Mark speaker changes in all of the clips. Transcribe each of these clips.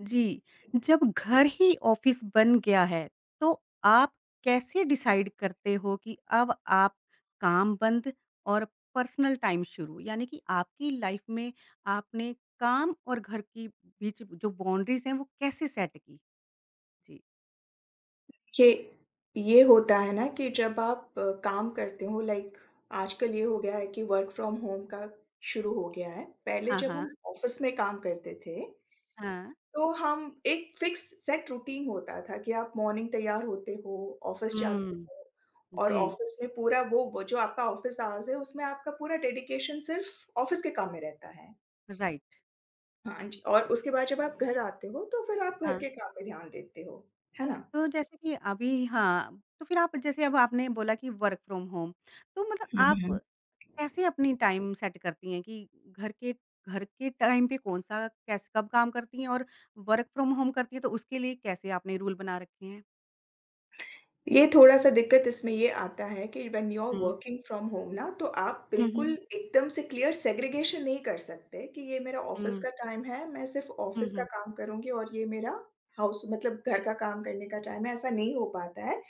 Speaker 1: जी। जब घर ही ऑफिस बन गया है, तो आप कैसे डिसाइड करते हो कि अब आप काम बंद और पर्सनल टाइम शुरू? यानी कि आपकी लाइफ में आपने काम और घर की बीच जो बाउंड्रीज़ हैं, वो कैसे सेट की? जी।
Speaker 2: ये ये होता है ना कि जब आप काम करते हो लाइक आजकल ये हो गया है कि वर्क फ्रॉम होम का शुरू हो गया है। पहले
Speaker 1: हाँ,
Speaker 2: जब
Speaker 1: हाँ,
Speaker 2: हम ऑफ़िस में काम करते थे,
Speaker 1: हाँ।
Speaker 2: तो हम एक फ़िक्स सेट रूटीन होता था कि आप मॉर्निंग तैयार होते हो, ऑफ़िस जाते
Speaker 1: हुँ,
Speaker 2: हो और
Speaker 1: जी,
Speaker 2: ऑफ़िस में पूरा वो जो आपका ऑफ़िस आवर्स है उसमें आपका पूरा डेडिकेशन सिर्फ़ ऑफ़िस के काम में रहता है।
Speaker 1: राइट।
Speaker 2: हाँ जी, और उसके बाद जब आप घर आते हो तो फिर आप घर
Speaker 1: हाँ,
Speaker 2: के काम में ध्यान देते हो, है
Speaker 1: तो जैसे कि अभी हाँ, तो फिर आप जैसे अब आपने बोला कि वर्क फ्रॉम होम, तो मतलब आप
Speaker 2: ना?
Speaker 1: कैसे अपनी टाइम सेट करती हैं कि घर के टाइम पे कौन-सा कैस कब काम करती हैं और वर्क फ्रॉम होम करती हैं तो उसके लिए कैसे आपने रूल बना रखे हैं?
Speaker 2: ये थोड़ा-सा दिक्कत इसमें ये आता है कि व्हेन यू आर
Speaker 1: हुँ।
Speaker 2: वर्किंग फ्रॉम होम ना, तो आप
Speaker 1: हुँ,
Speaker 2: बिल्कुल
Speaker 1: हुँ।
Speaker 2: हुँ। एकदम से क्लियर सेग्रीगेशन नहीं कर सकते कि ये मेरा ऑफ़िस
Speaker 1: हुँ।
Speaker 2: का टाइम है, मैं सिर्फ़
Speaker 1: हुँ,
Speaker 2: ऑफ़िस का
Speaker 1: हुँ।
Speaker 2: काम करूँगी और ये मेरा हाउस मतलब घर का काम करने का टाइम है, ऐसा नहीं हो पाता है।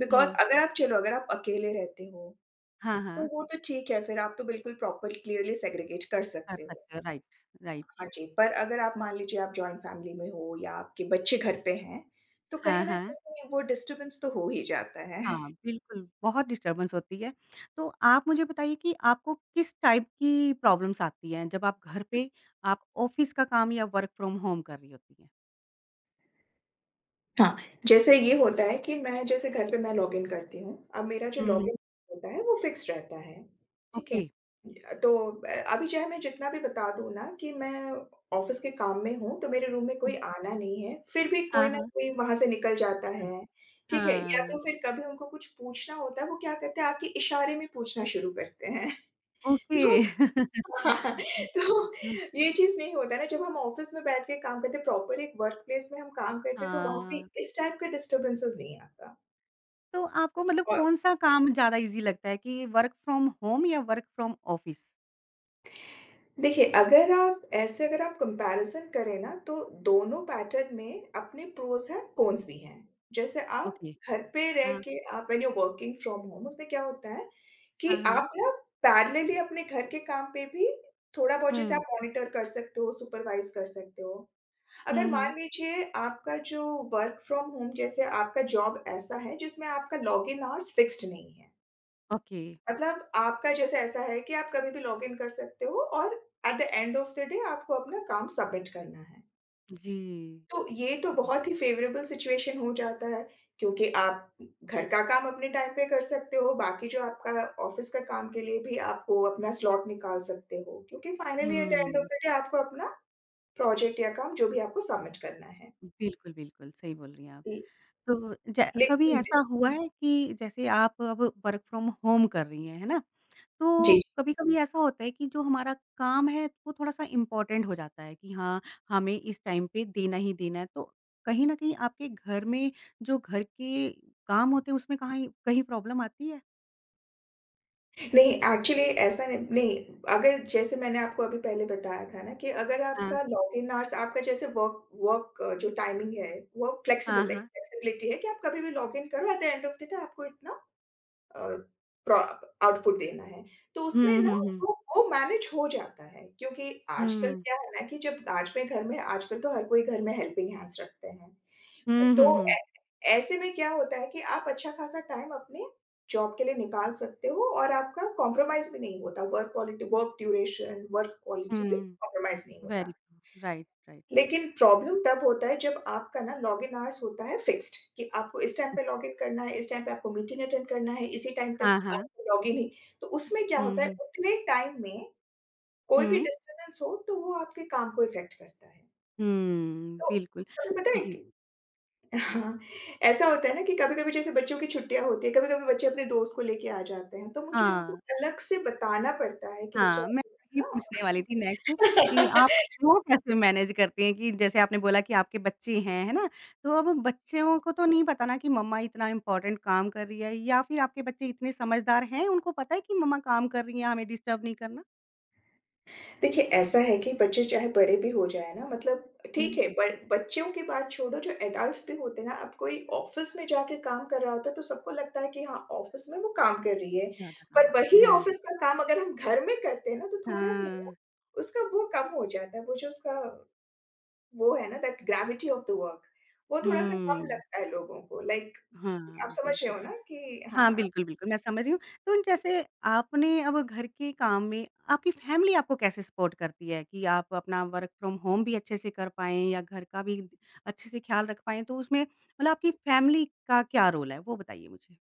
Speaker 2: बिकॉज़
Speaker 1: हुँ।
Speaker 2: अगर आप चलो अगर आप अकेले रहते हो,
Speaker 1: हाँ,
Speaker 2: तो
Speaker 1: हाँ।
Speaker 2: वो तो ठीक है, फिर आप तो बिल्कुल प्रॉपर क्लियरली सेग्रीगेट कर
Speaker 1: कर
Speaker 2: सकते हो।
Speaker 1: सकते हो राइट, राइट।
Speaker 2: हाँ जी, पर अगर आप मान लीजिए आप जॉइंट फैमिली में हो या आपके बच्चे घर पे हैं, तो
Speaker 1: हाँ,
Speaker 2: कहीं न
Speaker 1: हाँ।
Speaker 2: कहीं वो डिस्टर्बेंस तो हो ही जाता है।
Speaker 1: हाँ, बिल्कुल, बहुत डिस्टर्बेंस होती है। तो आप मुझे बताइए कि आपको किस टाइप की प्रॉब्लम्स आती हैं जब आप घर पे आप ऑफ़िस का काम या वर्क फ्रॉम होम कर रही होती हैं?
Speaker 2: हाँ, जैसे ये होता है कि मैं जैसे घर पे मैं लॉगिन करती हूँ, अब मेरा जो
Speaker 1: हुँ, हुँ।
Speaker 2: लॉगिन होता है वो फ़िक्स रहता है, ठीक है?
Speaker 1: ओके।
Speaker 2: तो अभी चाहे मैं जितना भी बता दूँ ना कि मैं ऑफ़िस के काम में हूँ, तो मेरे रूम में कोई
Speaker 1: हुँ।
Speaker 2: आना नहीं है, फिर भी कोई
Speaker 1: हाँ,
Speaker 2: ना
Speaker 1: हाँ।
Speaker 2: कोई वहाँ से निकल जाता
Speaker 1: हाँ।
Speaker 2: है, ठीक है? या
Speaker 1: हाँ।
Speaker 2: तो फिर कभी उनको कुछ पूछना होता है, वो क्या करते हैं, आपके इशारे में पूछना शुरू करते हैं।
Speaker 1: ओके।
Speaker 2: तो हाँ, तो ये चीज़ नहीं होता है ना जब हम ऑफ़िस में बैठ के काम करते हैं, प्रॉपर एक वर्क प्लेस में हम काम करते हैं तो वहाँ पे
Speaker 1: हाँ,
Speaker 2: इस टाइप का डिस्टर्बेंसेस नहीं आता।
Speaker 1: तो आपको मतलब
Speaker 2: और
Speaker 1: कौन-सा काम ज़्यादा ईज़ी लगता है कि वर्क फ्रॉम होम या वर्क फ्रॉम ऑफिस?
Speaker 2: देखिए अगर आप ऐसे अगर आप कंपैरिज़न करें ना तो दोनों पैटर्न में अपने प्रोस हैं, कॉन्स भी हैं। जैसे आप
Speaker 1: ओके।
Speaker 2: घर पे रह
Speaker 1: हाँ,
Speaker 2: के आप when you are working from home उसमें क्या होता है
Speaker 1: हाँ,
Speaker 2: कि
Speaker 1: हाँ।
Speaker 2: आप ना पैरेलली अपने घर के काम पे भी थोड़ा बहुत जैसे आप
Speaker 1: हुँ।
Speaker 2: मॉनिटर कर सकते हो, सुपरवाइज़ कर सकते हो।
Speaker 1: हुँ,
Speaker 2: अगर
Speaker 1: हुँ।
Speaker 2: मान लीजिए आपका जो वर्क फ्रॉम होम जैसे आपका जॉब ऐसा है जिसमें आपका लॉगिन आवर्स फिक्स्ड नहीं है।
Speaker 1: ओके।
Speaker 2: मतलब आपका जैसे ऐसा है कि आप कभी भी लॉगिन कर सकते हो और at the end of the day आपको अपना काम सबमिट करना है।
Speaker 1: जी।
Speaker 2: तो ये तो बहुत ही फ़ेवरेबल सिचुएशन हो जाता है क्योंकि आप घर का काम अपने टाइम पे कर सकते हो, बाकी जो आपका ऑफ़िस का काम के लिए भी आपको अपना स्लॉट निकाल सकते हो क्योंकि finally at the end of
Speaker 1: हुँ।
Speaker 2: द डे आपको अपना प्रोजेक्ट या काम जो भी आपको सबमिट करना है।
Speaker 1: बिल्कुल, बिल्कुल, सही बोल रही हैं आप।
Speaker 2: ल
Speaker 1: तो ज कभी
Speaker 2: लेकिन
Speaker 1: ऐसा हुआ है कि जैसे आप अब वर्क फ्रॉम होम कर रही हैं, है ना? तो
Speaker 2: जी,
Speaker 1: कभी-कभी ऐसा होता है कि जो हमारा काम है वो थोड़ा-सा इम्पोर्टेंट हो जाता है कि हाँ, हमें इस टाइम पे देना ही देना है। तो कहीं न कहीं आपके घर में जो घर के काम होते हैं उसमें कहाँ कहीं प्रॉब्लम आती है?
Speaker 2: जी। नहीं एक्चुअली ऐसा नहीं नहीं, अगर जैसे मैंने आपको अभी पहले बताया था ना कि अगर
Speaker 1: हाँ,
Speaker 2: आपका लॉगिन आवर्स आपका जैसे वर्क वर्क जो टाइमिंग है, वो
Speaker 1: हाँ,
Speaker 2: फ्लेक्सिबल लाइक
Speaker 1: हाँ।
Speaker 2: फ्लेक्सिबिलिटी है कि आप कभी भी लॉगिन करो at the end of the day आपको इतना अ, प्रो आउटपुट देना है। तो उसमें
Speaker 1: हुँ,
Speaker 2: ना
Speaker 1: हुँ, हुँ।
Speaker 2: वो मैनेज हो जाता है क्योंकि आजकल
Speaker 1: हुँ।
Speaker 2: क्या है ना कि जब आज मैं घर में आजकल तो हर कोई घर में हेल्पिंग हैंड्स रखते हैं।
Speaker 1: हुँ, हुँ,
Speaker 2: तो ऐ
Speaker 1: हुँ।
Speaker 2: ऐसे में क्या होता है कि आप अच्छा-खासा टाइम अपने जॉब के लिए निकाल सकते हो और आपका कॉम्प्रोमाइज़ भी नहीं होता, work quality work duration, work quality भी
Speaker 1: हुँ।
Speaker 2: कॉम्प्रोमाइज़ नहीं
Speaker 1: वेरी
Speaker 2: होता।
Speaker 1: गुड। Right, right.
Speaker 2: लेकिन प्रॉब्लम तब होता है जब आपका ना लॉगिन आवर्स होता है फिक्स्ड कि आपको इस टाइम पे लॉगिन करना है, इस टाइम पे आपको मीटिंग अटेंड करना है, इसी टाइम तक
Speaker 1: हाँ, हाँ।
Speaker 2: आपको लॉगिन ही तो उसमें क्या
Speaker 1: हुँ,
Speaker 2: होता है
Speaker 1: हुँ।
Speaker 2: उतने टाइम में कोई भी
Speaker 1: हुँ।
Speaker 2: डिस्टर्बेंस हो, तो वो आपके काम को इफ़ेक्ट करता है।
Speaker 1: हुँ,
Speaker 2: तो
Speaker 1: बिल्कुल।
Speaker 2: तुम्हें पता है
Speaker 1: जी।
Speaker 2: कि हाँ, ऐसा होता है ना कि कभी-कभी जैसे बच्चों की छुट्टियाँ होती हैं, कभी-कभी बच्चे अपने दोस्त को लेके आ जाते हैं, तो मुझे उनको
Speaker 1: हाँ।
Speaker 2: अलग से बताना पड़ता है कि बच्चा
Speaker 1: हाँ, मैं वही पूछने वाली थी नेक्स्ट कि
Speaker 2: ना
Speaker 1: आप वो कैसे मैनेज करती हैं कि जैसे आपने बोला कि आपके बच्चे हैं, है ना? तो अब बच्चों को तो नहीं पता ना कि मम्मा इतना इम्पोर्टेंट काम कर रही है या फिर आपके बच्चे इतने समझदार हैं, उनको पता है कि मम्मा काम कर रही हैं, हमें डिस्टर्ब नहीं करना?
Speaker 2: देखिए, ऐसा है कि बच्चे चाहे बड़े भी हो जाएँ ना, मतलब ठीक
Speaker 1: हुँ,
Speaker 2: है, ब बच्चों की बात छोड़ो जो एडल्ट्स भी होते हैं ना, अब कोई ऑफ़िस में जाके काम कर रहा होता है, तो सबको लगता है कि हाँ, ऑफ़िस में वो काम कर रही है।
Speaker 1: ज़्यादा काम
Speaker 2: पर
Speaker 1: करते
Speaker 2: वही
Speaker 1: हैं।
Speaker 2: ऑफ़िस का काम अगर हम घर में करते हैं ना, तो
Speaker 1: हाँ,
Speaker 2: थोड़ा-सा ना
Speaker 1: हाँ।
Speaker 2: उसका वो कम हो जाता है, वो जो उसका वो है ना that gravity of the work, वो थोड़ा-सा कम
Speaker 1: हुँ,
Speaker 2: लगता है लोगों को लाइक
Speaker 1: हाँ,
Speaker 2: आप समझ रहे
Speaker 1: बिल्कुल।
Speaker 2: हो ना कि
Speaker 1: हाँ,
Speaker 2: हाँ,
Speaker 1: बिल्कुल, बिल्कुल, मैं समझ रही हूँ। तो जैसे आपने अब घर के काम में आपकी फैमिली आपको कैसे सपोर्ट करती है कि आप अपना वर्क फ्रॉम होम भी अच्छे से कर पाएँ या घर का भी अच्छे से ख़्याल रख पाएँ? तो उसमें मतलब आपकी फैमिली का क्या रोल है? वो बताइए मुझे?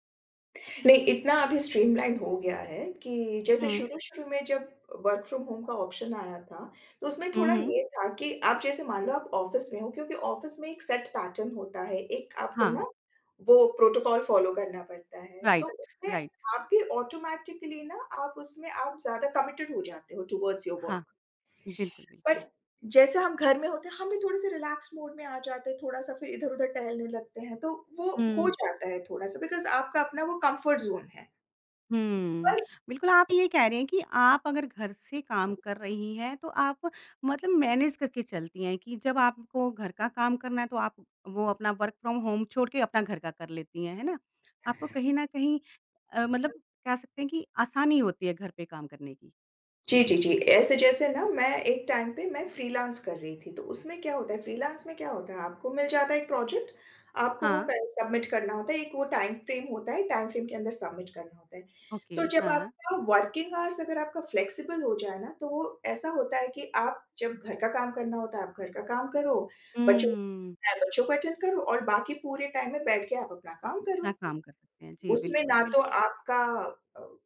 Speaker 2: नहीं इतना अभी स्ट्रीमलाइन हो गया है कि जैसे
Speaker 1: हुँ।
Speaker 2: शुरू-शुरू में जब वर्क फ्रॉम होम का ऑप्शन आया था, तो उसमें
Speaker 1: हुँ,
Speaker 2: थोड़ा
Speaker 1: हुँ।
Speaker 2: ये था कि आप जैसे मान लो आप ऑफिस में हो क्योंकि ऑफिस में एक सेट पैटर्न होता है, एक आपको
Speaker 1: हाँ,
Speaker 2: ना वो प्रोटोकॉल फॉलो करना पड़ता है, तो
Speaker 1: राइट,
Speaker 2: उसमें
Speaker 1: राइट।
Speaker 2: आप भी ऑटोमैटिकली ना आप उसमें आप ज़्यादा कमिटेड हो जाते हो टुवर्ड्स योर वर्क।
Speaker 1: हाँ, बिल्कुल,
Speaker 2: बट
Speaker 1: बिल्कुल।
Speaker 2: जैसे हम घर में होते हैं, हम भी थोड़े-से रिलैक्स मोड में आ जाते हैं, थोड़ा-सा फिर इधर-उधर टहलने लगते हैं, तो वो हो हुँ।
Speaker 1: हुँ।
Speaker 2: जाता है थोड़ा-सा बिकॉज़ आपका अपना वो कम्फर्ट ज़ोन है।
Speaker 1: हुँ।
Speaker 2: पर
Speaker 1: बिल्कुल, आप ये कह रहे हैं कि आप अगर घर से काम कर रही हैं, तो आप मतलब मैनेज करके चलती हैं कि जब आपको घर का काम करना है, तो आप वो अपना वर्क फ्रॉम होम छोड़ के अपना घर का कर लेती हैं, है ना? आपको कहीं न कहीं मतलब कह सकते हैं कि आसानी होती है घर पे काम करने की।
Speaker 2: जी, जी, जी। ऐसे जैसे ना मैं एक टाइम पे मैं फ्रीलांस कर रही थी, तो उसमें क्या होता है फ्रीलांस में क्या होता है आपको मिल जाता है एक प्रोजेक्ट, आपको वो
Speaker 1: हाँ,
Speaker 2: कर सबमिट करना होता है, एक वो टाइम फ्रेम होता है, टाइम फ्रेम के अंदर सबमिट करना होता है।
Speaker 1: ओके,
Speaker 2: तो जब
Speaker 1: हाँ।
Speaker 2: आपका वर्किंग आवर्स अगर आपका फ्लेक्सिबल हो जाए ना, तो वो ऐसा होता है कि आप जब घर का काम करना होता है, आप घर का काम करो, बच्चों
Speaker 1: हुँ,
Speaker 2: बच्चों को अटेंड करो और बाकी पूरे टाइम में बैठ के आप अपना काम
Speaker 1: अपना
Speaker 2: करो।
Speaker 1: काम कर सकते हैं। जी,
Speaker 2: उसमें
Speaker 1: बिल्कुल,
Speaker 2: ना तो
Speaker 1: बिल्कुल।
Speaker 2: आपका अ,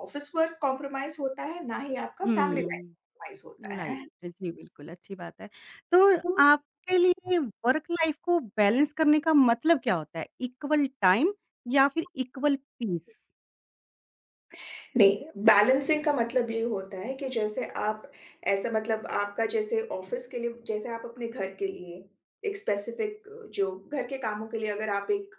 Speaker 2: ऑफ़िस वर्क कॉम्प्रोमाइज़ होता है, ना ही आपका फैमिली जी। लाइफ़
Speaker 1: हुँ।
Speaker 2: कॉम्प्रोमाइज़ होता है।
Speaker 1: राइट। जी, बिल्कुल, अच्छी बात है। तो
Speaker 2: तो
Speaker 1: आपके लिए वर्क लाइफ़ को बैलेंस करने का मतलब क्या होता है? इक्वल टाइम या फिर इक्वल पीस?
Speaker 2: नहीं, बैलेंसिंग का मतलब ये होता है कि जैसे आप ऐसा मतलब आपका जैसे ऑफ़िस के लिए जैसे आप अपने घर के लिए एक स्पेसिफ़िक जो घर के कामों के लिए अगर आप एक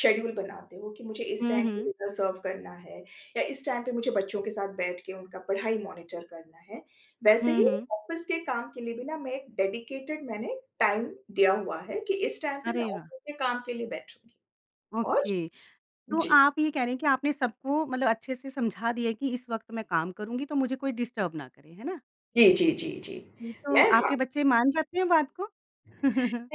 Speaker 2: शेड्यूल बनाते हो कि मुझे इस
Speaker 1: हुँ,
Speaker 2: टाइम पे
Speaker 1: हुँ।
Speaker 2: डिनर सर्व करना है या इस टाइम पे मुझे बच्चों के साथ बैठ के उनका पढ़ाई मॉनिटर करना है, वैसे
Speaker 1: हुँ,
Speaker 2: ही
Speaker 1: हुँ।
Speaker 2: ऑफ़िस के काम के लिए भी ना मैं एक डेडिकेटेड मैंने टाइम दिया हुआ है कि इस टाइम पे मैं
Speaker 1: अरे वाह!
Speaker 2: ऑफ़िस के काम के लिए बैठूँगी और
Speaker 1: ओके। तो
Speaker 2: जी।
Speaker 1: आप ये कह रहे हैं कि आपने सबको मतलब अच्छे से समझा दिया है कि इस वक़्त मैं काम करूँगी तो मुझे कोई डिस्टर्ब ना करे, है ना?
Speaker 2: जी, जी, जी, जी।
Speaker 1: जी। तो
Speaker 2: मैं हाँ।
Speaker 1: आपके बच्चे मान जाते हैं बात को?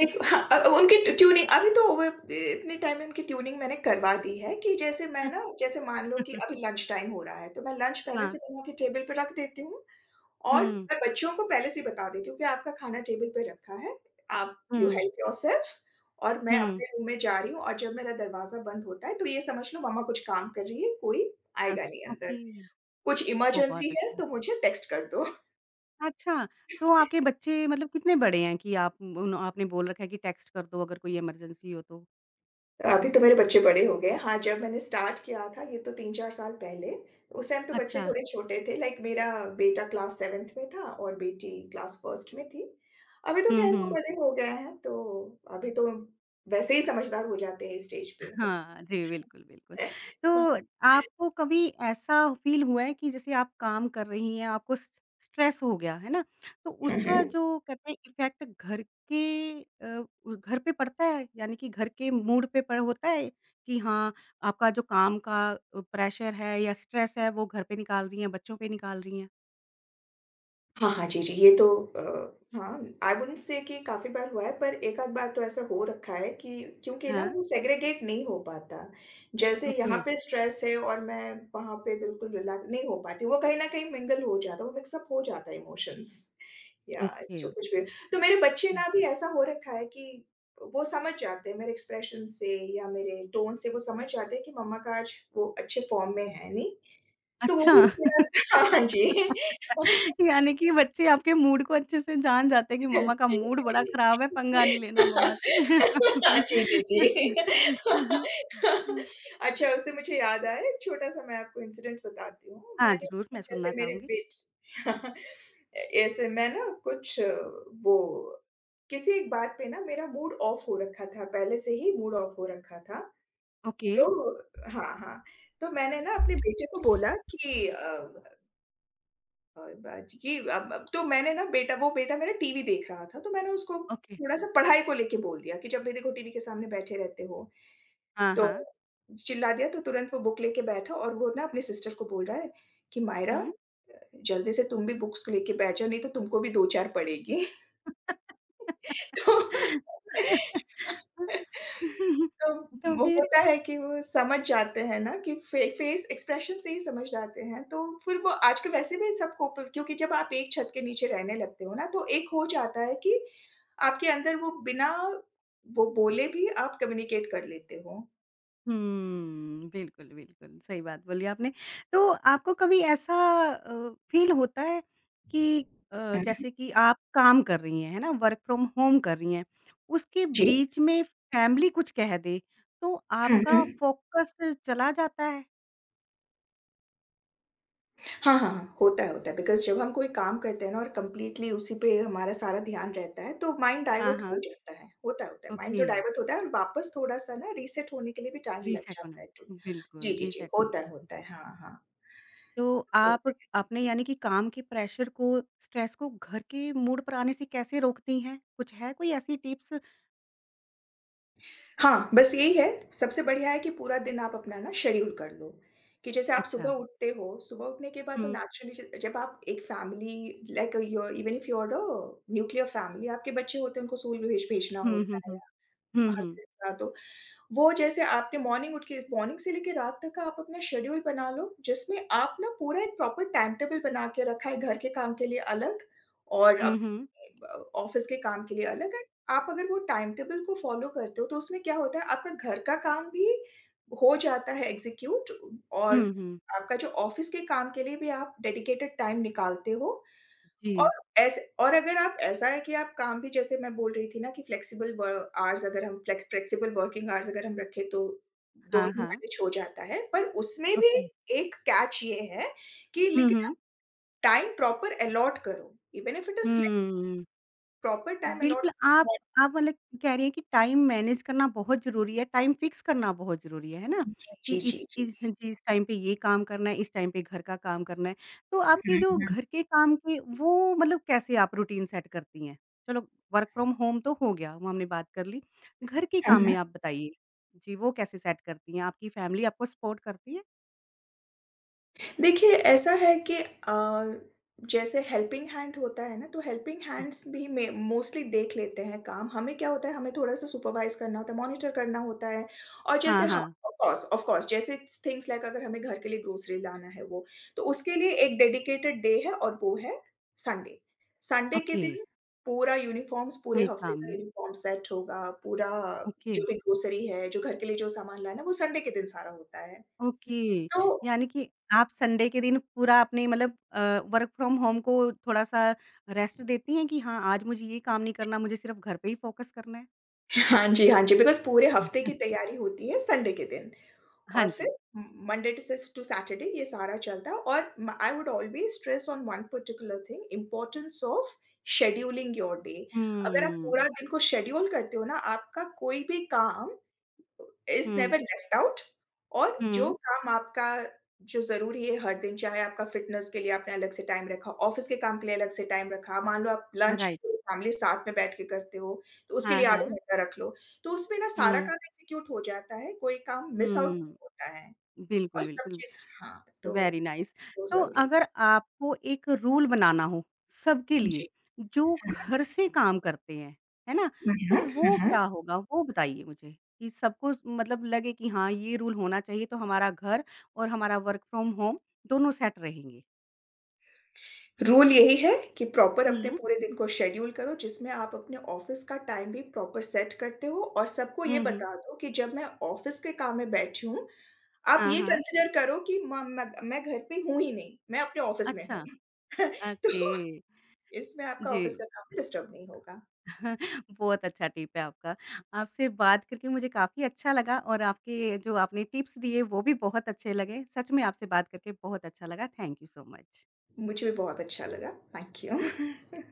Speaker 2: देखो हाँ, उनकी ट्यूनिंग अभी तो वो इतने टाइम में उनकी ट्यूनिंग मैंने करवा दी है कि जैसे मैं ना जैसे मान लो कि अभी लंच टाइम हो रहा है, तो मैं लंच पहले
Speaker 1: हाँ।
Speaker 2: से बना के टेबल पे रख देती हूँ और
Speaker 1: हुँ,
Speaker 2: मैं बच्चों को पहले से ही बता देती हूँ कि आपका खाना टेबल पे रखा है, आप यू
Speaker 1: हुँ,
Speaker 2: हेल्प योरसेल्फ और मैं
Speaker 1: हुँ।
Speaker 2: अपने रूम में जा रही हूँ और जब मेरा दरवाज़ा बंद होता है, तो ये समझ लो मम्मा कुछ काम कर रही है, कोई
Speaker 1: अ,
Speaker 2: आएगा नहीं अंदर।
Speaker 1: ओके।
Speaker 2: कुछ
Speaker 1: बहुत
Speaker 2: इमरजेंसी है,
Speaker 1: अच्छा।
Speaker 2: तो मुझे टेक्स्ट कर दो।
Speaker 1: अच्छा, तो आपके बच्चे मतलब कितने बड़े हैं कि आप उन आपने बोल रखा है कि टेक्स्ट कर दो अगर कोई इमरजेंसी हो तो?
Speaker 2: अभी तो मेरे बच्चे बड़े हो गए हैं। हाँ, जब मैंने स्टार्ट किया था ये तो 3-4 साल पहले, उस टाइम तो बच्चे
Speaker 1: अच्छा,
Speaker 2: थोड़े छोटे थे लाइक मेरा बेटा क्लास 7th में था और बेटी क्लास 1st में थी। अभी तो
Speaker 1: हुँ,
Speaker 2: ख़ैर वो
Speaker 1: हुँ।
Speaker 2: बड़े हो गए हैं तो अभी तो वैसे ही समझदार हो जाते हैं इस स्टेज पे।
Speaker 1: हाँ, जी, बिल्कुल, बिल्कुल। तो आपको कभी ऐसा फ़ील हुआ है कि जैसे आप काम कर रही हैं, आपको स स्ट्रेस हो गया, है ना? तो
Speaker 2: हुँ,
Speaker 1: उसका
Speaker 2: हुँ।
Speaker 1: जो कहते हैं इफ़ेक्ट घर के घर पे पड़ता है? यानी कि घर के मूड पे पड़ होता है कि हाँ, आपका जो काम का प्रेशर है या स्ट्रेस है, वो घर पे निकाल रही हैं, बच्चों पे निकाल रही हैं?
Speaker 2: हाँ, हाँ, जी, जी, ये तो हाँ, आई वुडेंट से कि काफ़ी बार हुआ है, पर एक-आध बार तो ऐसा हो रखा है कि क्योंकि ना
Speaker 1: हाँ,
Speaker 2: वो सेग्रीगेट नहीं हो पाता। जैसे
Speaker 1: ओके।
Speaker 2: यहाँ पे स्ट्रेस है और मैं वहाँ पे बिल्कुल रिलैक्स नहीं हो पाती, वो कहीं न कहीं मिंगल हो जाता है, वो मिक्स अप हो जाता है इमोशंस या
Speaker 1: ओके।
Speaker 2: जो कुछ भी। तो मेरे बच्चे
Speaker 1: हुँ।
Speaker 2: ना भी ऐसा हो रखा है कि वो समझ जाते हैं मेरे एक्सप्रेशन से या मेरे टोन से वो समझ जाते हैं कि मम्मा का आज वो अच्छे फॉर्म में है नहीं, तो वो
Speaker 1: अच्छा।
Speaker 2: भी मेरा हाँ जी।
Speaker 1: यानी कि बच्चे आपके मूड को अच्छे से जान जाते हैं कि मम्मा का
Speaker 2: जी।
Speaker 1: मूड बड़ा खराब है, पंगा नहीं लेना मम्मा से।
Speaker 2: जी, जी, जी। अच्छा उससे मुझे याद आया एक छोटा-सा मैं आपको इंसिडेंट बताती हूँ।
Speaker 1: हाँ,
Speaker 2: मैंने
Speaker 1: ज़रूर मैं
Speaker 2: अच्छा से
Speaker 1: सुनना
Speaker 2: मेरे
Speaker 1: चाहूँगी।
Speaker 2: बेटे ऐसे मैं ना कुछ वो किसी एक बात पे ना मेरा मूड ऑफ हो रखा था, पहले से ही मूड ऑफ हो रखा था।
Speaker 1: ओके,
Speaker 2: तो हाँ, हाँ। तो मैंने ना अपने बेटे को बोला कि अ और ब ये अब तो मैंने ना बेटा वो बेटा मेरा टीवी देख रहा था, तो मैंने उसको
Speaker 1: ओके।
Speaker 2: थोड़ा-सा पढ़ाई को लेके बोल दिया कि जब भी देखो टीवी के सामने बैठे रहते हो,
Speaker 1: हाँ,
Speaker 2: तो
Speaker 1: हाँ।
Speaker 2: चिल्ला दिया तो तुरंत वो बुक लेके बैठा और वो ना अपने सिस्टर को बोल रहा है कि, "मायरा,
Speaker 1: हुँ।
Speaker 2: जल्दी से तुम भी बुक्स लेके बैठ जाओ, नहीं तो तुमको भी 2-4 पड़ेगी।" तो तो
Speaker 1: तो
Speaker 2: वो
Speaker 1: फिर
Speaker 2: होता है कि वो समझ जाते हैं ना कि फे फेस एक्सप्रेशन से ही समझ जाते हैं, तो फिर वो आजकल वैसे भी सबको प क्योंकि जब आप एक छत के नीचे रहने लगते हो ना, तो एक हो जाता है कि आपके अंदर वो बिना वो बोले भी आप कम्युनिकेट कर लेते हो।
Speaker 1: हुँ, बिल्कुल, बिल्कुल, सही बात बोली आपने। तो आपको कभी ऐसा फ़ील होता है कि अ,
Speaker 2: हुँ, हुँ।
Speaker 1: जैसे कि आप काम कर रही हैं, है ना? वर्क फ्रॉम होम कर रही हैं, उसके
Speaker 2: जी।
Speaker 1: बीच में फैमिली कुछ कह दे, तो
Speaker 2: हुँ,
Speaker 1: आपका
Speaker 2: हुँ।
Speaker 1: फ़ोकस चला जाता है?
Speaker 2: हाँ, हाँ, हाँ। होता है बिकॉज़ जब हम कोई काम करते हैं ना और कंप्लीटली उसी पे हमारा सारा ध्यान रहता है, तो माइंड
Speaker 1: हाँ,
Speaker 2: डाइवर्ट
Speaker 1: हाँ,
Speaker 2: हो जाता है। होता है, होता है। माइंड तो
Speaker 1: ओके,
Speaker 2: डाइवर्ट होता है और वापस थोड़ा-सा ना रीसेट होने के लिए भी टाइम लग
Speaker 1: रीसेट होने
Speaker 2: जाता है एक्चुअली।
Speaker 1: में
Speaker 2: जी,
Speaker 1: बिल्कुल,
Speaker 2: जी, जी।
Speaker 1: रीसेट होने
Speaker 2: होता है,
Speaker 1: में,
Speaker 2: होता है।
Speaker 1: जी।
Speaker 2: हाँ, हाँ।
Speaker 1: तो
Speaker 2: तो
Speaker 1: आप
Speaker 2: होता है।
Speaker 1: अपने यानी कि काम के प्रेशर को, स्ट्रेस को घर के मूड पर आने से कैसे रोकती हैं? कुछ है कोई ऐसी टिप्स?
Speaker 2: हाँ, बस यही है, सबसे बढ़िया है कि पूरा दिन आप अपना ना शेड्यूल कर लो, कि जैसे आप
Speaker 1: अच्छा,
Speaker 2: सुबह उठते हो, सुबह उठने के बाद तो
Speaker 1: हुँ।
Speaker 2: नेचुरली ज जब आप एक family your even if you are a nuclear family, आपके बच्चे होते हैं, उनको स्कूल भेजना
Speaker 1: हुँ,
Speaker 2: होता
Speaker 1: हुँ,
Speaker 2: है।
Speaker 1: हुँ। हुँ, हुँ।
Speaker 2: हँसी तो, वो जैसे आपने मॉर्निंग उठ के मॉर्निंग से लेके रात तक का आप अपना शेड्यूल बना लो, जिसमें आप ना पूरा एक प्रॉपर टाइम टेबल बना के रखा है घर के काम के लिए अलग और अपने
Speaker 1: हुँ, हुँ।
Speaker 2: ब ऑफ़िस के काम के लिए अलग एंड आप अगर वो टाइम टेबल को फ़ॉलो करते हो, तो उसमें क्या होता है आपका घर का काम भी हो जाता है एग्ज़ीक्यूट और
Speaker 1: हुँ, हुँ।
Speaker 2: आपका जो ऑफ़िस के काम के लिए भी आप डेडिकेटेड टाइम निकालते हो और
Speaker 1: जी।
Speaker 2: ऐसे और अगर आप ऐसा है कि आप काम भी जैसे मैं बोल रही थी ना कि फ्लेक्सिबल व आवर्स अगर हम फ्लेक्सिबल वर्किंग आवर्स अगर हम रखें तो
Speaker 1: हाँ,
Speaker 2: दोनों
Speaker 1: हाँ।
Speaker 2: मैनेज हो जाता है। पर उसमें भी
Speaker 1: ओके।
Speaker 2: एक कैच ये है कि
Speaker 1: हुँ,
Speaker 2: लेकिन आप
Speaker 1: हुँ।
Speaker 2: टाइम प्रॉपर अलॉट करो। Even if it is flex
Speaker 1: हुँ।
Speaker 2: प्रॉपर टाइम अलॉट
Speaker 1: बिल्कुल, आप मतलब कह रही हैं कि टाइम मैनेज करना बहुत ज़रूरी है, टाइम फ़िक्स करना बहुत ज़रूरी है ना? कि
Speaker 2: जी, जी,
Speaker 1: इत
Speaker 2: जी,
Speaker 1: इस
Speaker 2: जी।
Speaker 1: जी, इस टाइम पे ये काम करना है, इस टाइम पे घर का काम करना है। तो आपके
Speaker 2: हुँ,
Speaker 1: जो
Speaker 2: हुँ।
Speaker 1: घर के काम के वो मतलब कैसे आप रूटीन सेट करती हैं? चलो वर्क फ्रॉम होम तो हो गया, वो हमने बात कर ली। घर के
Speaker 2: हुँ,
Speaker 1: काम में
Speaker 2: हुँ।
Speaker 1: आप बताइए। जी, वो कैसे सेट करती हैं? आपकी फैमिली आपको सपोर्ट करती है?
Speaker 2: देखिए, ऐसा है कि जैसे हेल्पिंग हैंड होता है ना, तो हेल्पिंग हैंड्स भी में मोस्टली देख लेते हैं काम। हमें क्या होता है, हमें थोड़ा-सा सुपरवाइज़ करना होता है, मॉनिटर करना होता है और
Speaker 1: हाँ,
Speaker 2: जैसे हाँ,
Speaker 1: हाँ।
Speaker 2: ऑफ़ कोर्स, जैसे थिंग्स लाइक अगर हमें घर के लिए ग्रोसरी लाना है वो, तो उसके लिए एक डेडिकेटेड डे है और वो है संडे। संडे के
Speaker 1: ओके।
Speaker 2: दिन पूरा यूनिफ़ॉर्म्स, पूरे
Speaker 1: कोई
Speaker 2: हफ़्ते
Speaker 1: काम
Speaker 2: का
Speaker 1: नहीं।
Speaker 2: यूनिफ़ॉर्म सेट होगा, पूरा
Speaker 1: ओके,
Speaker 2: जो भी ग्रोसरी है, जो घर के लिए जो सामान लाना है, वो संडे के दिन सारा होता है।
Speaker 1: ओके।
Speaker 2: तो
Speaker 1: यानी कि आप संडे के दिन पूरा अपने मतलब वर्क फ्रॉम होम को थोड़ा-सा रेस्ट देती हैं कि हाँ, आज मुझे ये काम नहीं करना, मुझे सिर्फ़ घर पे ही फ़ोकस करना है?
Speaker 2: हाँ जी, हाँ जी, बिकॉज़ पूरे हफ़्ते
Speaker 1: हम्म।
Speaker 2: की तैयारी होती है संडे के दिन
Speaker 1: हाँ
Speaker 2: और फिर
Speaker 1: जी।
Speaker 2: म मंडे टू सेस टू सैटरडे ये सारा चलता है और म I would always stress on one particular thing importance of scheduling your day. अगर आप पूरा
Speaker 1: हुँ,
Speaker 2: दिन को शेड्यूल करते हो ना, आपका कोई भी काम इज़
Speaker 1: हुँ,
Speaker 2: नेवर लेफ्ट आउट और जो
Speaker 1: हुँ,
Speaker 2: काम आपका जो ज़रूरी है हर दिन, चाहे आपका फ़िटनेस के लिए आपने अलग से टाइम रखा, ऑफ़िस के काम के लिए अलग से टाइम रखा, मान लो आप लंच
Speaker 1: राइट।
Speaker 2: पूरी फैमिली साथ में बैठ के करते हो, तो उसके
Speaker 1: हाँ,
Speaker 2: लिए आधा
Speaker 1: हाँ।
Speaker 2: घंटा रख लो। तो उसमें ना सारा
Speaker 1: हुँ,
Speaker 2: काम एग्ज़ीक्यूट हो जाता है, कोई काम मिस आउट नहीं
Speaker 1: हुँ।
Speaker 2: होता है और
Speaker 1: बिल्कुल,
Speaker 2: सब
Speaker 1: बिल्कुल।
Speaker 2: चीज़ हाँ, तो
Speaker 1: वेरी नाइस।
Speaker 2: वो
Speaker 1: तो
Speaker 2: ज़रूरत
Speaker 1: अगर आपको एक रूल बनाना हो सबके
Speaker 2: है।
Speaker 1: लिए
Speaker 2: जी।
Speaker 1: जो घर से काम करते हैं, है ना?
Speaker 2: हुँ,
Speaker 1: तो
Speaker 2: हुँ। हुँ,
Speaker 1: वो
Speaker 2: हुँ।
Speaker 1: क्या होगा? वो बताइए मुझे कि सबको स मतलब लगे कि हाँ, ये रूल होना चाहिए तो हमारा घर और हमारा वर्क फ्रॉम होम दोनों सेट रहेंगे।
Speaker 2: रूल यही है कि प्रॉपर अपने
Speaker 1: हुँ,
Speaker 2: पूरे दिन को शेड्यूल करो जिसमें आप अपने ऑफिस का टाइम भी प्रॉपर सेट करते हो और सबको ये
Speaker 1: हुँ, हुँ।
Speaker 2: बता दो कि जब मैं ऑफिस के काम में बैठी हूँ, आप
Speaker 1: हाँ,
Speaker 2: ये
Speaker 1: हाँ।
Speaker 2: कंसीडर करो कि म मैं घर पे हूँ ही नहीं, मैं अपने ऑफिस में
Speaker 1: अच्छा,
Speaker 2: हूँ।
Speaker 1: ओके।
Speaker 2: तो इसमें आपका
Speaker 1: जी।
Speaker 2: ऑफिस का काम डिस्टर्ब नहीं होगा।
Speaker 1: बहुत अच्छा टिप है आपका। आपसे बात करके मुझे काफ़ी अच्छा लगा और आपके जो आपने टिप्स दिए वो भी बहुत अच्छे लगे। सच में आपसे बात करके बहुत अच्छा लगा। Thank you so much.
Speaker 2: मुझे भी बहुत अच्छा लगा। Thank you.